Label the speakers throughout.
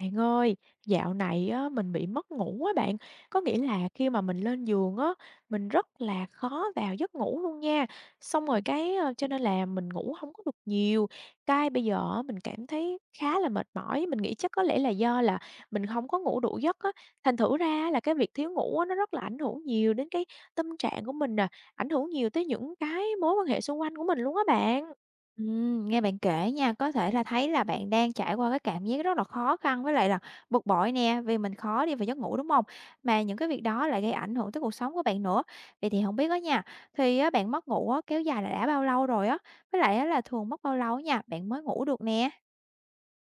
Speaker 1: Bạn ơi, dạo này á, mình bị mất ngủ á bạn. Có nghĩa là khi mà mình lên giường á, mình rất là khó vào giấc ngủ luôn nha. Xong rồi cái cho nên là mình ngủ không có được nhiều. Cái bây giờ á, mình cảm thấy khá là mệt mỏi, mình nghĩ chắc có lẽ là do là mình không có ngủ đủ giấc á. Thành thử ra là cái việc thiếu ngủ á, nó rất là ảnh hưởng nhiều đến cái tâm trạng của mình nè, ảnh hưởng nhiều tới những cái mối quan hệ xung quanh của mình luôn á bạn.
Speaker 2: Nghe bạn kể nha, có thể là thấy là bạn đang trải qua cái cảm giác rất là khó khăn với lại là bực bội nè, vì mình khó đi vào giấc ngủ, đúng không? Mà những cái việc đó lại gây ảnh hưởng tới cuộc sống của bạn nữa. Vậy thì không biết đó nha, thì á bạn mất ngủ á kéo dài là đã bao lâu rồi á? Với lại á là thường mất bao lâu nha, bạn mới ngủ được nè?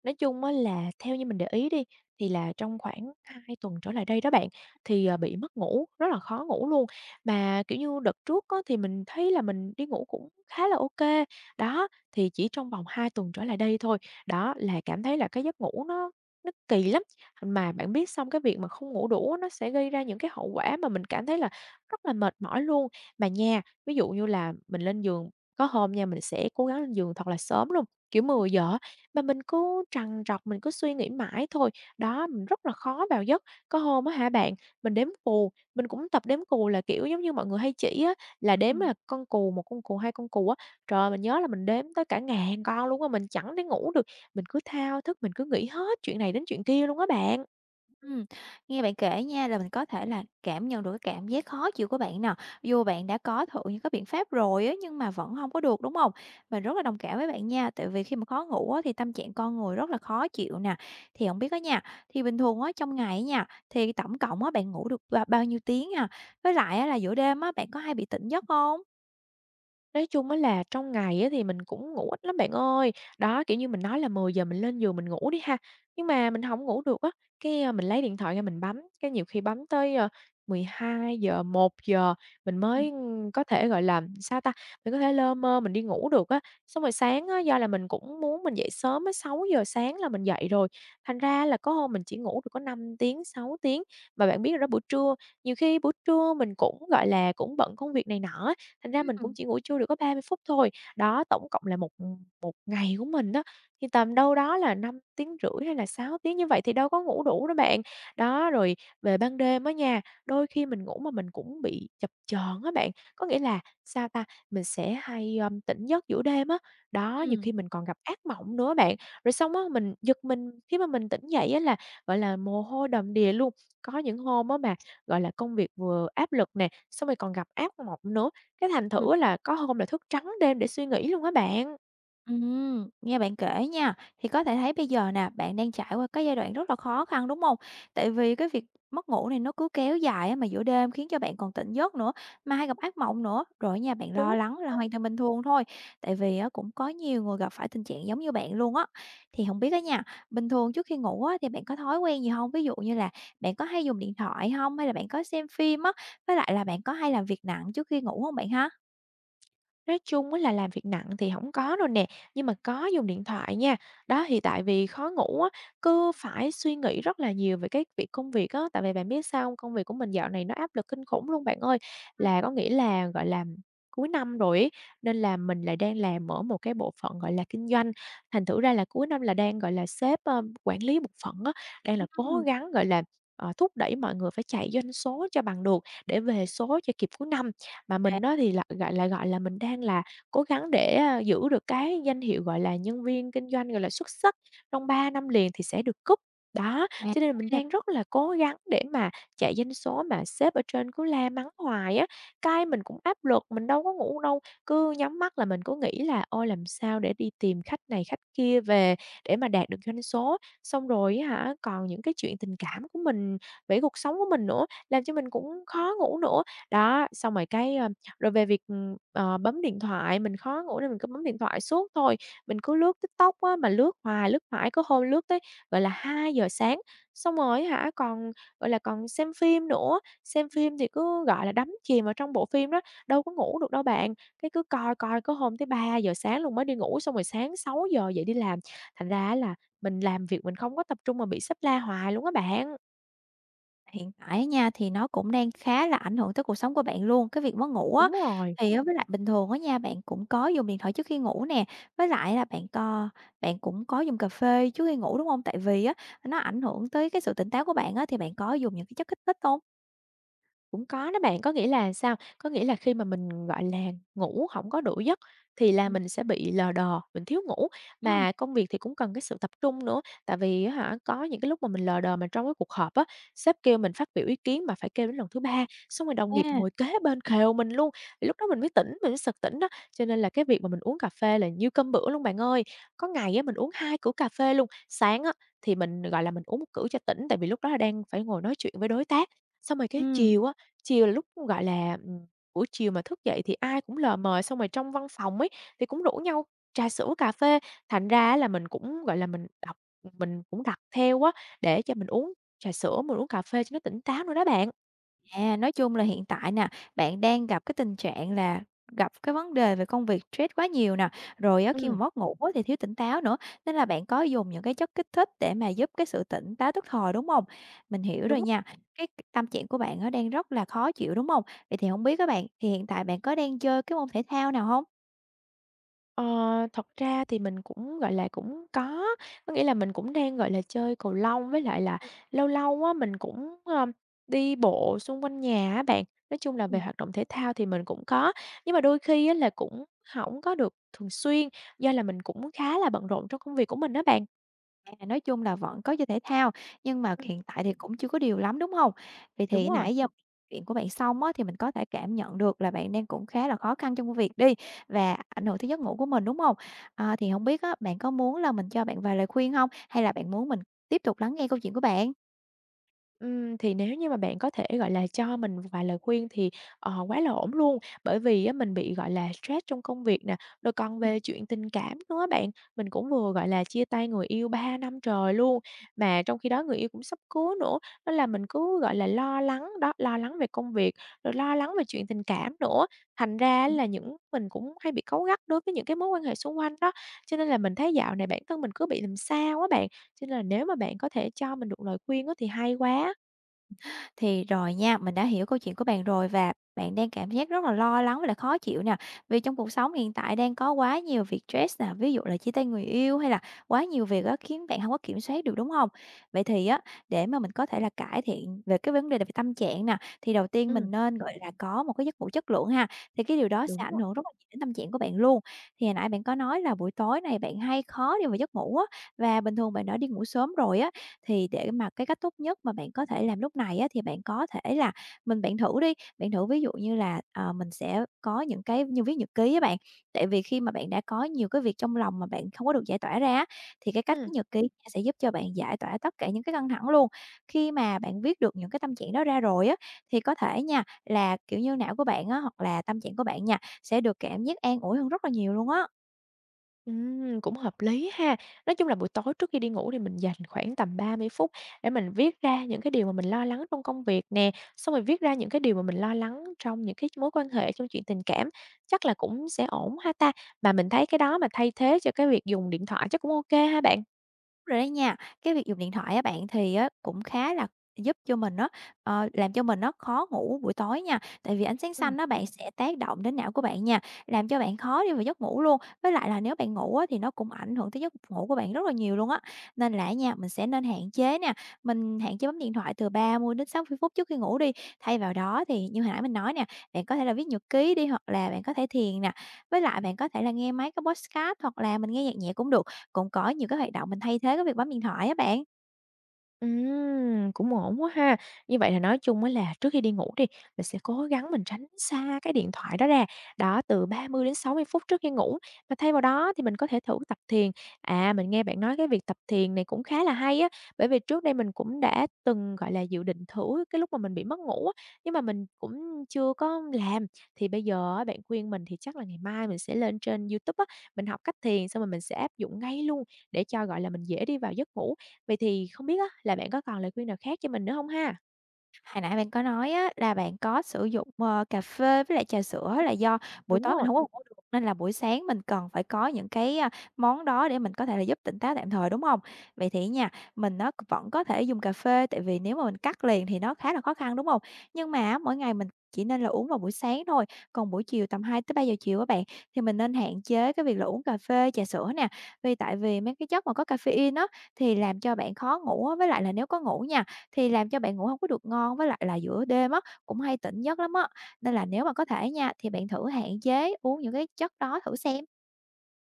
Speaker 1: Nói chung á là theo như mình để ý đi, thì là trong khoảng 2 tuần trở lại đây đó bạn, thì, bị mất ngủ, rất là khó ngủ luôn. Mà, kiểu như, đợt trước á thì mình thấy là mình đi ngủ cũng khá là ok đó, thì chỉ trong vòng 2 tuần trở lại đây thôi, đó, là cảm thấy là cái giấc ngủ nó kỳ lắm. Mà bạn biết xong cái việc mà không ngủ đủ á, nó sẽ gây ra những cái hậu quả mà mình cảm thấy là rất là mệt mỏi luôn. Mà nha, ví dụ như là mình lên giường có hôm nha, mình sẽ cố gắng lên giường thật là sớm luôn, kiểu 10 giờ mà mình cứ trằn trọc, mình cứ suy nghĩ mãi thôi, đó, mình rất là khó vào giấc. Có hôm á hả bạn, mình đếm cù, mình cũng tập đếm cù là, kiểu, giống như mọi người hay chỉ á, là đếm là con cù, một con cù, 2 con cù á. Trời ơi, mình nhớ là mình đếm tới cả ngàn con luôn á, mình chẳng thể ngủ được, mình cứ thao thức, mình cứ nghĩ hết chuyện này đến chuyện kia luôn á bạn.
Speaker 2: Ừm, nghe bạn kể nha là mình có thể là cảm nhận được cái cảm giác khó chịu của bạn nè, dù bạn đã có thử những cái biện pháp rồi á, nhưng mà vẫn không có được, đúng không? Mình rất là đồng cảm với bạn nha, tại vì khi mà khó ngủ á, thì tâm trạng con người rất là khó chịu nè. Thì không biết á nha, thì bình thường á, trong ngày á nha, thì tổng cộng á, bạn ngủ được bao nhiêu tiếng à? Với lại á, là giữa đêm á, bạn có hay bị tỉnh giấc không?
Speaker 1: Nói chung á là trong ngày á thì mình cũng ngủ ít lắm bạn ơi. Đó, kiểu như, mình nói là 10 giờ mình lên giường mình ngủ đi ha, nhưng mà mình hổng ngủ được á, cái, mình lấy điện thoại ra mình bấm, cái nhiều khi bấm tới, 12 giờ, 12:00, giờ mình
Speaker 2: Ừm.
Speaker 1: mới, có thể, gọi là, sao ta, mình có thể lơ mơ mình đi ngủ được á. Xong rồi sáng á, do là mình cũng muốn mình dậy sớm á, 6 giờ sáng là mình dậy rồi, thành ra là có hôm mình chỉ ngủ được có 5 tiếng, 6 tiếng. Mà bạn biết rồi đó, buổi trưa, nhiều khi buổi trưa mình cũng, gọi là, cũng bận công việc này nọ á, thành ra mình cũng
Speaker 2: Ừm,
Speaker 1: chỉ ngủ trưa được có 30 phút thôi. Đó, tổng cộng là một một ngày của mình đó thì tầm đâu đó là 5 tiếng rưỡi hay là 6 tiếng, như vậy thì đâu có ngủ đủ đó bạn. Đó, rồi về ban đêm á nha, đôi khi mình ngủ mà mình cũng bị chập chờn á bạn, có nghĩa là, sao ta, mình sẽ hay, tỉnh giấc giữa đêm á. Đó, nhiều
Speaker 2: ừm.
Speaker 1: khi mình còn gặp ác mộng nữa bạn. Rồi xong á, mình giật mình khi mà mình tỉnh dậy á là, gọi là, mồ hôi đầm đìa luôn. Có những hôm á mà, gọi là, công việc vừa áp lực nè, xong rồi còn gặp ác mộng nữa. Cái thành thử là có hôm là thức trắng đêm để suy nghĩ luôn á bạn.
Speaker 2: Nghe bạn kể nha, thì có thể thấy bây giờ nè, bạn đang trải qua cái giai đoạn rất là khó khăn, đúng không? Tại vì cái việc mất ngủ này nó cứ kéo dài á, mà giữa đêm khiến cho bạn còn tỉnh giấc nữa, mà hay gặp ác mộng nữa, rồi á nha, bạn
Speaker 1: Đúng.
Speaker 2: lo lắng là hoàn toàn bình thường thôi, tại vì á, cũng có nhiều người gặp phải tình trạng giống như bạn luôn á. Thì không biết á nha, bình thường trước khi ngủ á, thì bạn có thói quen gì không? Ví dụ như là bạn có hay dùng điện thoại không? Hay là bạn có xem phim á? Với lại là bạn có hay làm việc nặng trước khi ngủ không bạn ha?
Speaker 1: Nói chung á là làm việc nặng thì không có đâu nè, nhưng mà có dùng điện thoại nha. Đó, thì tại vì khó ngủ á, cứ phải suy nghĩ rất là nhiều về cái việc công việc á, tại vì bạn biết sao không? Công việc của mình dạo này nó áp lực kinh khủng luôn bạn ơi. Là có nghĩa là, gọi là, cuối năm rồi ấy, nên là mình lại đang làm ở một cái bộ phận, gọi là, kinh doanh, thành thử ra là cuối năm là đang, gọi là, sếp, quản lý bộ phận á, đang là
Speaker 2: Ừm,
Speaker 1: cố
Speaker 2: ừm.
Speaker 1: gắng, gọi là, thúc đẩy mọi người phải chạy doanh số cho bằng được để về số cho kịp cuối năm. Mà
Speaker 2: À,
Speaker 1: mình đó thì là, gọi là, mình đang là cố gắng để, giữ được cái danh hiệu, gọi là, nhân viên kinh doanh, gọi là, xuất sắc trong 3 năm liền thì sẽ được cúp. Đó, cho nên là mình
Speaker 2: à.
Speaker 1: đang rất là cố gắng để mà chạy doanh số mà sếp ở trên cứ la mắng hoài á, cái mình cũng áp lực, mình đâu có ngủ đâu, cứ nhắm mắt là mình cứ nghĩ là "Ôi, làm sao để đi tìm khách này khách kia về để mà đạt được doanh số." Xong rồi á hả, còn những cái chuyện tình cảm của mình, về cuộc sống của mình nữa, làm cho mình cũng khó ngủ nữa. Đó, xong rồi cái, rồi về việc, bấm điện thoại, mình khó ngủ nên mình cứ bấm điện thoại suốt thôi, mình cứ lướt TikTok á, mà lướt hoài, lướt mãi, có hôm lướt tới, gọi là, 2 giờ sáng. Xong rồi á hả, còn, gọi là, còn xem phim nữa, xem phim thì cứ, gọi là, đắm chìm vào trong bộ phim đó, đâu có ngủ được đâu bạn. Cái cứ coi coi có hôm tới 3 giờ sáng luôn mới đi ngủ, xong rồi sáng 6 giờ dậy đi làm, thành ra á là mình làm việc mình không có tập trung mà bị sếp la hoài luôn á bạn.
Speaker 2: Hiện tại á nha, thì nó cũng đang khá là ảnh hưởng tới cuộc sống của bạn luôn, cái việc mất ngủ á,
Speaker 1: Đúng rồi.
Speaker 2: thì á với lại bình thường á nha, bạn cũng có dùng điện thoại trước khi ngủ nè, với lại là bạn cũng có dùng cà phê trước khi ngủ, đúng không? Tại vì á, nó ảnh hưởng tới cái sự tỉnh táo của bạn á, thì bạn có dùng những cái chất kích thích không?
Speaker 1: Cũng có đó bạn, có nghĩa là sao? Có nghĩa là khi mà mình, gọi là, ngủ không có đủ giấc thì là
Speaker 2: Ừ,
Speaker 1: mình sẽ bị lờ đờ, mình thiếu ngủ,
Speaker 2: ừ.
Speaker 1: mà công việc thì cũng cần cái sự tập trung nữa. Tại vì á hả, có những cái lúc mà mình lờ đờ mà trong cái cuộc họp á, sếp kêu mình phát biểu ý kiến mà phải kêu đến lần thứ 3 xong rồi đồng nghiệp
Speaker 2: À,
Speaker 1: ngồi kế bên khều mình luôn, thì lúc đó mình mới tỉnh, mình mới sực tỉnh đó. Cho nên là cái việc mà mình uống cà phê là như cơm bữa luôn bạn ơi. Có ngày á, mình uống 2 cữ cà phê luôn, sáng á, thì mình, gọi là, mình uống 1 cữ cho tỉnh, tại vì lúc đó là đang phải ngồi nói chuyện với đối tác, xong rồi cái
Speaker 2: ừm.
Speaker 1: chiều á, chiều là lúc, gọi là, buổi chiều mà thức dậy thì ai cũng lờ mờ, xong rồi trong văn phòng ấy, thì cũng rủ nhau trà sữa, cà phê, thành ra á là mình cũng, gọi là, mình đọc mình cũng đặt theo á, để cho mình uống trà sữa, mình uống cà phê cho nó tỉnh táo nữa đó bạn.
Speaker 2: À, nói chung là hiện tại nè, bạn đang gặp cái tình trạng là gặp cái vấn đề về công việc stress quá nhiều nè, rồi á khi mà
Speaker 1: Ừm,
Speaker 2: mất ngủ á thì thiếu tỉnh táo nữa, nên là bạn có dùng những cái chất kích thích để mà giúp cái sự tỉnh táo tức thời, đúng không? Mình hiểu rồi
Speaker 1: đúng.
Speaker 2: nha, cái tâm trạng của bạn nó đang rất là khó chịu, đúng không? Vậy thì không biết các bạn, thì hiện tại bạn có đang chơi cái môn thể thao nào không?
Speaker 1: Ờ, thật ra thì mình cũng, gọi là, cũng có nghĩa là mình cũng đang, gọi là, chơi cầu lông với lại là lâu lâu á mình cũng, đi bộ xung quanh nhà á bạn. Nói chung là về
Speaker 2: Ừm.
Speaker 1: hoạt động thể thao thì mình cũng có, nhưng mà đôi khi á là cũng không có được thường xuyên do là mình cũng khá là bận rộn trong công việc của mình đó bạn.
Speaker 2: À, nói chung là vẫn có chơi thể thao, nhưng mà
Speaker 1: Ừm,
Speaker 2: hiện tại thì cũng chưa có điều lắm, đúng không? Vậy
Speaker 1: đúng
Speaker 2: thì
Speaker 1: rồi.
Speaker 2: nãy giờ chuyện của bạn xong á, thì mình có thể cảm nhận được là bạn đang cũng khá là khó khăn trong công việc đi, và ảnh hưởng tới giấc ngủ của mình, đúng không? À, thì không biết á, bạn có muốn là mình cho bạn vài lời khuyên không? Hay là bạn muốn mình tiếp tục lắng nghe câu chuyện của bạn?
Speaker 1: Thì nếu như mà bạn có thể, gọi là, cho mình vài lời khuyên thì, quá là ổn luôn, bởi vì á mình bị, gọi là, stress trong công việc nè, rồi còn
Speaker 2: Ừm.
Speaker 1: về chuyện tình cảm nữa á bạn. Mình cũng vừa, gọi là, chia tay người yêu 3 năm trời luôn, mà trong khi đó người yêu cũng sắp cưới nữa, nên là mình cứ, gọi là, lo lắng đó, lo lắng về công việc, rồi lo lắng về chuyện tình cảm nữa. Thành ra là những mình cũng hay bị cáu gắt đối với những cái mối quan hệ xung quanh đó, cho nên là mình thấy dạo này bản thân mình cứ bị làm sao á bạn. Cho nên là nếu mà bạn có thể cho mình được lời khuyên á thì hay quá.
Speaker 2: Thì rồi nha, mình đã hiểu câu chuyện của bạn rồi và bạn đang cảm giác rất là lo lắng và là khó chịu nè. Vì trong cuộc sống hiện tại đang có quá nhiều việc stress nè, ví dụ là chia tay người yêu hay là quá nhiều việc á khiến bạn không có kiểm soát được, đúng không? Vậy thì á, để mà mình có thể là cải thiện về cái vấn đề là về tâm trạng nè, thì đầu tiên
Speaker 1: Ừm.
Speaker 2: mình nên, gọi là, có một cái giấc ngủ chất lượng ha, thì cái điều đó sẽ
Speaker 1: Đúng
Speaker 2: ảnh
Speaker 1: rồi.
Speaker 2: hưởng rất là nhiều đến tâm trạng của bạn luôn. Thì hồi nãy bạn có nói là buổi tối này bạn hay khó đi vào giấc ngủ á, và bình thường bạn đã đi ngủ sớm rồi á, thì để mà cái cách tốt nhất mà bạn có thể làm lúc này á, thì bạn có thể là mình bạn thử đi, bạn thử ví dụ như là, mình sẽ có những cái như viết nhật ký á bạn. Tại vì khi mà bạn đã có nhiều cái việc trong lòng mà bạn không có được giải tỏa ra á, thì cái cách
Speaker 1: Ừm,
Speaker 2: viết nhật ký sẽ giúp cho bạn giải tỏa tất cả những cái căng thẳng luôn. Khi mà bạn viết được những cái tâm trạng đó ra rồi á, thì có thể nha là, kiểu như, não của bạn á, hoặc là tâm trạng của bạn nha, sẽ được cảm giác an ủi hơn rất là nhiều luôn á.
Speaker 1: cũng hợp lý ha. Nói chung là buổi tối trước khi đi ngủ thì mình dành khoảng tầm 30 phút để mình viết ra những cái điều mà mình lo lắng trong công việc nè, xong rồi viết ra những cái điều mà mình lo lắng trong những cái mối quan hệ, trong chuyện tình cảm, chắc là cũng sẽ ổn ha ta? Mà mình thấy cái đó mà thay thế cho cái việc dùng điện thoại chắc cũng ok ha bạn?
Speaker 2: Rồi đấy nha, cái việc dùng điện thoại á bạn thì á cũng khá là giúp cho mình á, làm cho mình nó khó ngủ buổi tối nha, tại vì ánh sáng
Speaker 1: Ừm.
Speaker 2: xanh đó bạn sẽ tác động đến não của bạn nha, làm cho bạn khó đi vào giấc ngủ luôn. Với lại là nếu bạn ngủ á thì nó cũng ảnh hưởng tới giấc ngủ của bạn rất là nhiều luôn á. Nên là nha, mình sẽ nên hạn chế nè, mình hạn chế bấm điện thoại từ 30 đến 60 phút trước khi ngủ đi. Thay vào đó thì như hồi nãy mình nói nè, bạn có thể là viết nhật ký đi hoặc là bạn có thể thiền nè. Với lại bạn có thể là nghe mấy cái podcast hoặc là mình nghe nhạc nhẹ cũng được, cũng có nhiều cái hoạt động mình thay thế cái việc bấm điện thoại á bạn.
Speaker 1: Cũng ổn quá ha. Như vậy là nói chung á là trước khi đi ngủ đi, mình sẽ cố gắng mình tránh xa cái điện thoại đó ra, đó, từ 30-60 phút trước khi ngủ. Mà thay vào đó thì mình có thể thử tập thiền. À, mình nghe bạn nói cái việc tập thiền này cũng khá là hay á, bởi vì trước đây mình cũng đã từng, gọi là, dự định thử cái lúc mà mình bị mất ngủ á, nhưng mà mình cũng chưa có làm. Thì bây giờ á, bạn khuyên mình thì chắc là ngày mai mình sẽ lên trên YouTube á, mình học cách thiền xong rồi mình sẽ áp dụng ngay luôn để cho, gọi là, mình dễ đi vào giấc ngủ. Vậy thì không biết á là bạn có còn lời khuyên nào khác cho mình nữa không ha?
Speaker 2: Hồi nãy bạn có nói á là bạn có sử dụng, cà phê với lại trà sữa là do buổi
Speaker 1: Đúng
Speaker 2: tối mình
Speaker 1: rồi.
Speaker 2: hông có ngủ được, nên là buổi sáng mình cần phải có những cái, món đó để mình có thể là giúp tỉnh táo tạm thời, đúng hông? Vậy thì á nha, mình á vẫn có thể dùng cà phê, tại vì nếu mà mình cắt liền thì nó khá là khó khăn, đúng hông? Nhưng mà á, mỗi ngày mình chỉ nên là uống vào buổi sáng thôi, còn buổi chiều tầm hai tới ba giờ chiều á bạn, thì mình nên hạn chế cái việc là uống cà phê, trà sữa nè, vì tại vì mấy cái chất mà có caffeine á, thì làm cho bạn khó ngủ á, với lại là nếu có ngủ nha, thì làm cho bạn ngủ hông có được ngon, với lại là giữa đêm á, cũng hay tỉnh giấc lắm á. Nên là nếu mà có thể nha, thì bạn thử hạn chế uống những cái chất đó thử xem.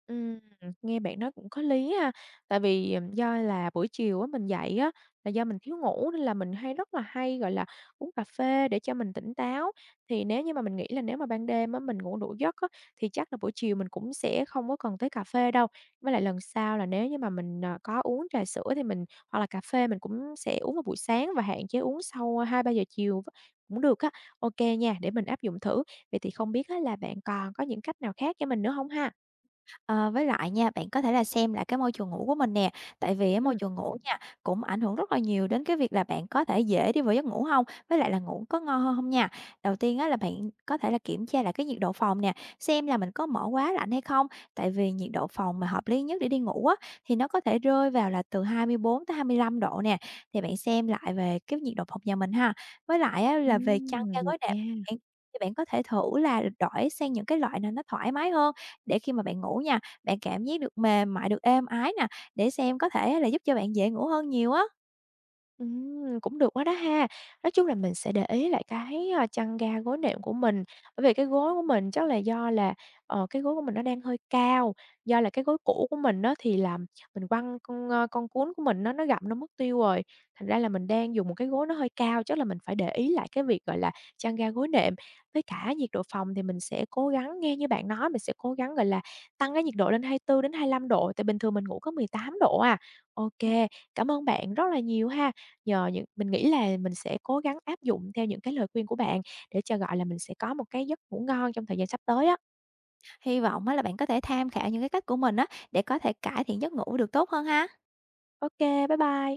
Speaker 1: Ừm, nghe bạn nói cũng có lý ha. Tại vì, do là buổi chiều á mình dậy á, là do mình thiếu ngủ nên là mình hay rất là hay, gọi là, uống cà phê để cho mình tỉnh táo. Thì nếu như mà mình nghĩ là nếu mà ban đêm á mình ngủ đủ giấc á, thì chắc là buổi chiều mình cũng sẽ không có cần tới cà phê đâu. Với lại lần sau là nếu như mà mình, có uống trà sữa thì mình hoặc là cà phê mình cũng sẽ uống vào buổi sáng và hạn chế uống sau 2 3 giờ chiều cũng được á. OK nha, để mình áp dụng thử. Vậy thì không biết á là bạn còn có những cách nào khác cho mình nữa không ha?
Speaker 2: Ờ, với lại nha, bạn có thể là xem lại cái môi trường ngủ của mình nè, tại vì á môi
Speaker 1: Ừ.
Speaker 2: trường ngủ nha, cũng ảnh hưởng rất là nhiều đến cái việc là bạn có thể dễ đi vào giấc ngủ không, với lại là ngủ có ngon hơn hông nha. Đầu tiên á là bạn có thể là kiểm tra lại cái nhiệt độ phòng nè, xem là mình có mở quá lạnh hay không, tại vì nhiệt độ phòng mà hợp lý nhất để đi ngủ á, thì nó có thể rơi vào là từ hai hai mươi bốn tới 25 độ nè, thì bạn xem lại về cái nhiệt độ phòng nhà mình ha. Với lại á là về chăn ga
Speaker 1: Được
Speaker 2: gối đệm
Speaker 1: nha.
Speaker 2: bạn, thì bạn có thể thử là đổi sang những cái loại nào nó thoải mái hơn để khi mà bạn ngủ nha, bạn cảm giác được mềm mại, được êm ái nè, để xem có thể á là giúp cho bạn dễ ngủ hơn nhiều á.
Speaker 1: Cũng được quá đó ha. Nói chung là mình sẽ để ý lại cái, chăn ga gối nệm của mình, bởi vì cái gối của mình chắc là do là, cái gối của mình nó đang hơi cao, do là cái gối cũ của mình đó thì là mình quăng con, con cuốn của mình nó gặm nó mất tiêu rồi, thành ra là mình đang dùng một cái gối nó hơi cao, chắc là mình phải để ý lại cái việc, gọi là, chăn ga gối nệm. Với cả nhiệt độ phòng thì mình sẽ cố gắng nghe như bạn nói, mình sẽ cố gắng, gọi là, tăng cái nhiệt độ lên 24 đến 25 độ, tại bình thường mình ngủ có 18 độ à. Ok, cảm ơn bạn rất là nhiều ha. Nhờ những mình nghĩ là mình sẽ cố gắng áp dụng theo những cái lời khuyên của bạn để cho, gọi là, mình sẽ có một cái giấc ngủ ngon trong thời gian sắp tới á.
Speaker 2: Hy vọng á là bạn có thể tham khảo những cái cách của mình á, để có thể cải thiện giấc ngủ được tốt hơn ha.
Speaker 1: Ô kê, bye bye.